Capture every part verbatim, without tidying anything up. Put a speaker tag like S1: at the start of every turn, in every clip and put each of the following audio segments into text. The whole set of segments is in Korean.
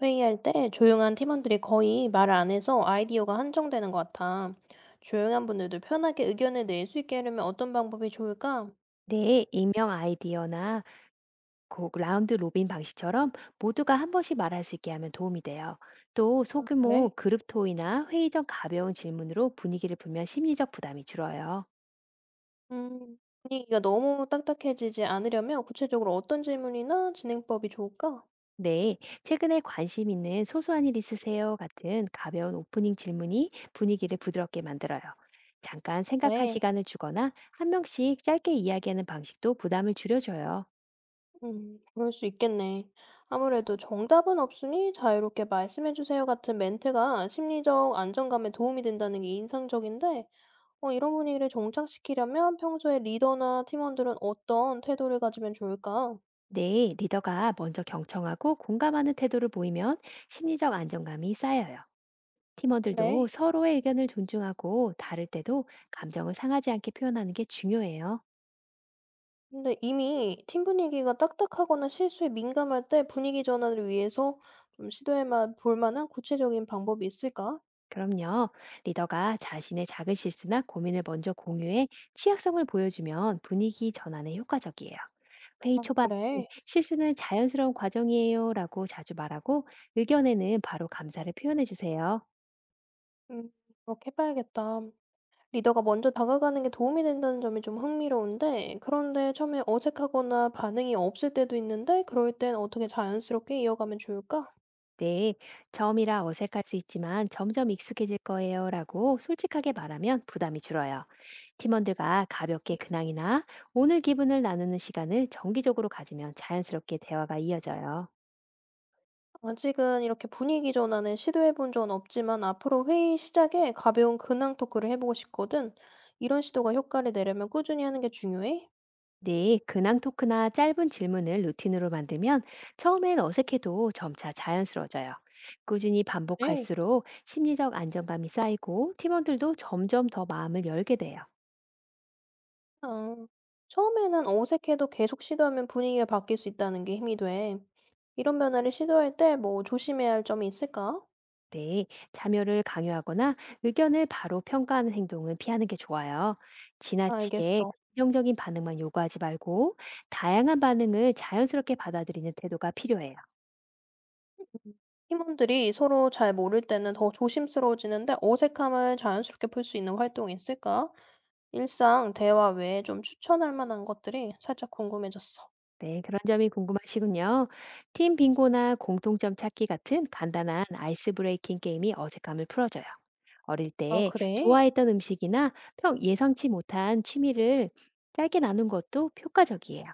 S1: 회의할 때 조용한 팀원들이 거의 말 안 해서 아이디어가 한정되는 것 같아. 조용한 분들도 편하게 의견을 낼 수 있게 하려면 어떤 방법이 좋을까?
S2: 네, 익명 아이디어나 곡 라운드 로빈 방식처럼 모두가 한 번씩 말할 수 있게 하면 도움이 돼요. 또 소규모
S1: 그래?
S2: 그룹 토의나 회의 전 가벼운 질문으로 분위기를 풀면 심리적 부담이 줄어요.
S1: 음, 분위기가 너무 딱딱해지지 않으려면 구체적으로 어떤 질문이나 진행법이 좋을까?
S2: 네, 최근에 관심 있는 소소한 일 있으세요? 같은 가벼운 오프닝 질문이 분위기를 부드럽게 만들어요. 잠깐 생각할
S1: 네.
S2: 시간을 주거나 한 명씩 짧게 이야기하는 방식도 부담을 줄여줘요.
S1: 음, 그럴 수 있겠네. 아무래도 정답은 없으니 자유롭게 말씀해주세요 같은 멘트가 심리적 안정감에 도움이 된다는 게 인상적인데, 어, 이런 분위기를 정착시키려면 평소에 리더나 팀원들은 어떤 태도를 가지면 좋을까?
S2: 네, 리더가 먼저 경청하고 공감하는 태도를 보이면 심리적 안정감이 쌓여요. 팀원들도
S1: 그래.
S2: 서로의 의견을 존중하고 다를 때도 감정을 상하지 않게 표현하는 게 중요해요.
S1: 근데 이미 팀 분위기가 딱딱하거나 실수에 민감할 때 분위기 전환을 위해서 좀 시도해 마- 볼 만한 구체적인 방법이 있을까?
S2: 그럼요. 리더가 자신의 작은 실수나 고민을 먼저 공유해 취약성을 보여주면 분위기 전환에 효과적이에요. 회의
S1: 아,
S2: 초반에
S1: 그래.
S2: 실수는 자연스러운 과정이에요라고 자주 말하고 의견에는 바로 감사를 표현해 주세요.
S1: 음, 그렇게 해봐야겠다. 리더가 먼저 다가가는 게 도움이 된다는 점이 좀 흥미로운데, 그런데 처음에 어색하거나 반응이 없을 때도 있는데, 그럴 땐 어떻게 자연스럽게 이어가면 좋을까?
S2: 네, 처음이라 어색할 수 있지만 점점 익숙해질 거예요 라고 솔직하게 말하면 부담이 줄어요. 팀원들과 가볍게 근황이나 오늘 기분을 나누는 시간을 정기적으로 가지면 자연스럽게 대화가 이어져요.
S1: 아직은 이렇게 분위기 전환을 시도해 본 적은 없지만 앞으로 회의 시작에 가벼운 근황 토크를 해보고 싶거든. 이런 시도가 효과를 내려면 꾸준히 하는 게 중요해?
S2: 네, 근황 토크나 짧은 질문을 루틴으로 만들면 처음엔 어색해도 점차 자연스러워져요. 꾸준히
S1: 그래.
S2: 반복할수록 심리적 안정감이 쌓이고 팀원들도 점점 더 마음을 열게 돼요.
S1: 아, 처음에는 어색해도 계속 시도하면 분위기가 바뀔 수 있다는 게 힘이 돼. 이런 변화를 시도할 때 뭐 조심해야 할 점이 있을까?
S2: 네, 자료를 강요하거나 의견을 바로 평가하는 행동은 피하는 게 좋아요. 지나치게
S1: 알겠어.
S2: 긍정적인 반응만 요구하지 말고 다양한 반응을 자연스럽게 받아들이는 태도가 필요해요.
S1: 음. 팀원들이 서로 잘 모를 때는 더 조심스러워지는데 어색함을 자연스럽게 풀 수 있는 활동이 있을까? 일상 대화 외에 좀 추천할 만한 것들이 살짝 궁금해졌어.
S2: 네, 그런 점이 궁금하시군요. 팀 빙고나 공통점 찾기 같은 간단한 아이스 브레이킹 게임이 어색함을 풀어줘요. 어릴
S1: 아,
S2: 때
S1: 그래?
S2: 좋아했던 음식이나 평 예상치 못한 취미를 짧게 나눈 것도 효과적이에요.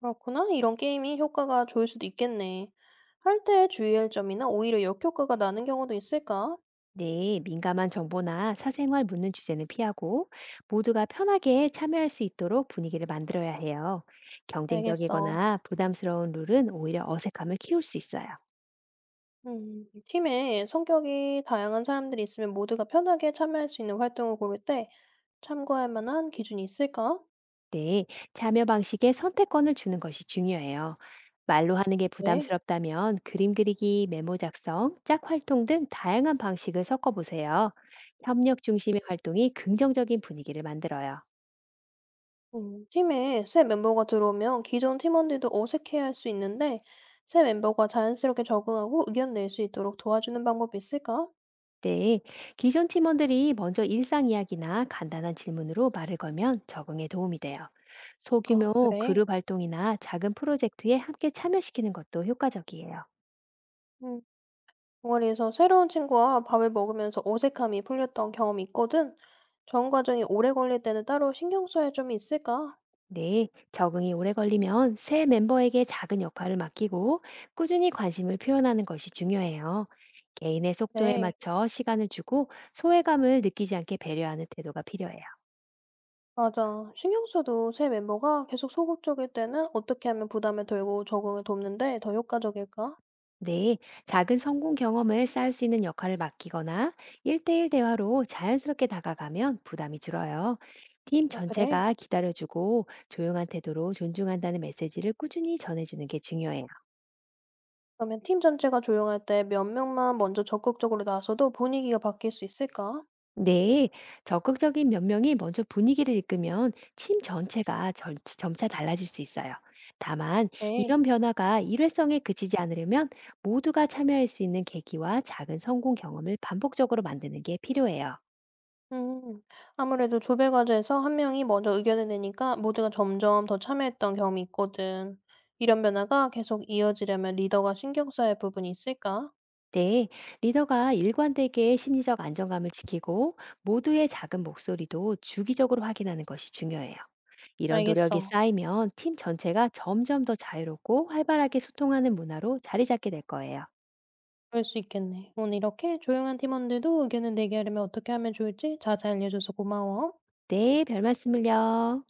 S1: 그렇구나. 이런 게임이 효과가 좋을 수도 있겠네. 할 때 주의할 점이나 오히려 역효과가 나는 경우도 있을까?
S2: 네, 민감한 정보나 사생활 묻는 주제는 피하고 모두가 편하게 참여할 수 있도록 분위기를 만들어야 해요.
S1: 알겠어.
S2: 경쟁적이거나 부담스러운 룰은 오히려 어색함을 키울 수 있어요.
S1: 음, 팀에 성격이 다양한 사람들이 있으면 모두가 편하게 참여할 수 있는 활동을 고를 때 참고할 만한 기준이 있을까?
S2: 네, 참여 방식에 선택권을 주는 것이 중요해요. 말로 하는 게
S1: 네.
S2: 부담스럽다면 그림 그리기, 메모 작성, 짝 활동 등 다양한 방식을 섞어 보세요. 협력 중심의 활동이 긍정적인 분위기를 만들어요.
S1: 음, 팀에 새 멤버가 들어오면 기존 팀원들도 어색해할 수 있는데, 새 멤버가 자연스럽게 적응하고 의견 낼 수 있도록 도와주는 방법이 있을까?
S2: 네, 기존 팀원들이 먼저 일상 이야기나 간단한 질문으로 말을 걸면 적응에 도움이 돼요.
S1: 아,
S2: 소규모
S1: 그래.
S2: 그룹 활동이나 작은 프로젝트에 함께 참여시키는 것도 효과적이에요.
S1: 음, 동아리에서 새로운 친구와 밥을 먹으면서 어색함이 풀렸던 경험이 있거든. 적응 과정이 오래 걸릴 때는 따로 신경 써야 점이 있을까?
S2: 네, 적응이 오래 걸리면 새 멤버에게 작은 역할을 맡기고 꾸준히 관심을 표현하는 것이 중요해요. 개인의 속도에
S1: 그래.
S2: 맞춰 시간을 주고 소외감을 느끼지 않게 배려하는 태도가 필요해요.
S1: 맞아. 신경 써도 새 멤버가 계속 소극적일 때는 어떻게 하면 부담을 덜고 적응을 돕는데 더 효과적일까?
S2: 네, 작은 성공 경험을 쌓을 수 있는 역할을 맡기거나 일대일 대화로 자연스럽게 다가가면 부담이 줄어요. 팀
S1: 아, 그래.
S2: 전체가 기다려주고 조용한 태도로 존중한다는 메시지를 꾸준히 전해주는 게 중요해요.
S1: 그러면 팀 전체가 조용할 때 몇 명만 먼저 적극적으로 나서도 분위기가 바뀔 수 있을까?
S2: 네, 적극적인 몇 명이 먼저 분위기를 이끌면 팀 전체가 절- 점차 달라질 수 있어요. 다만,
S1: 네.
S2: 이런 변화가 일회성에 그치지 않으려면 모두가 참여할 수 있는 계기와 작은 성공 경험을 반복적으로 만드는 게 필요해요.
S1: 음. 아무래도 조배 과제에서 한 명이 먼저 의견을 내니까 모두가 점점 더 참여했던 경험이 있거든. 이런 변화가 계속 이어지려면 리더가 신경 써야 할 부분이 있을까?
S2: 네, 리더가 일관되게 심리적 안정감을 지키고 모두의 작은 목소리도 주기적으로 확인하는 것이 중요해요. 이런 노력이
S1: 알겠어.
S2: 쌓이면 팀 전체가 점점 더 자유롭고 활발하게 소통하는 문화로 자리 잡게 될 거예요.
S1: 그럴 수 있겠네. 오늘 이렇게 조용한 팀원들도 의견을 내게 하려면 어떻게 하면 좋을지 자세히 알려줘서 고마워.
S2: 네, 별 말씀을요.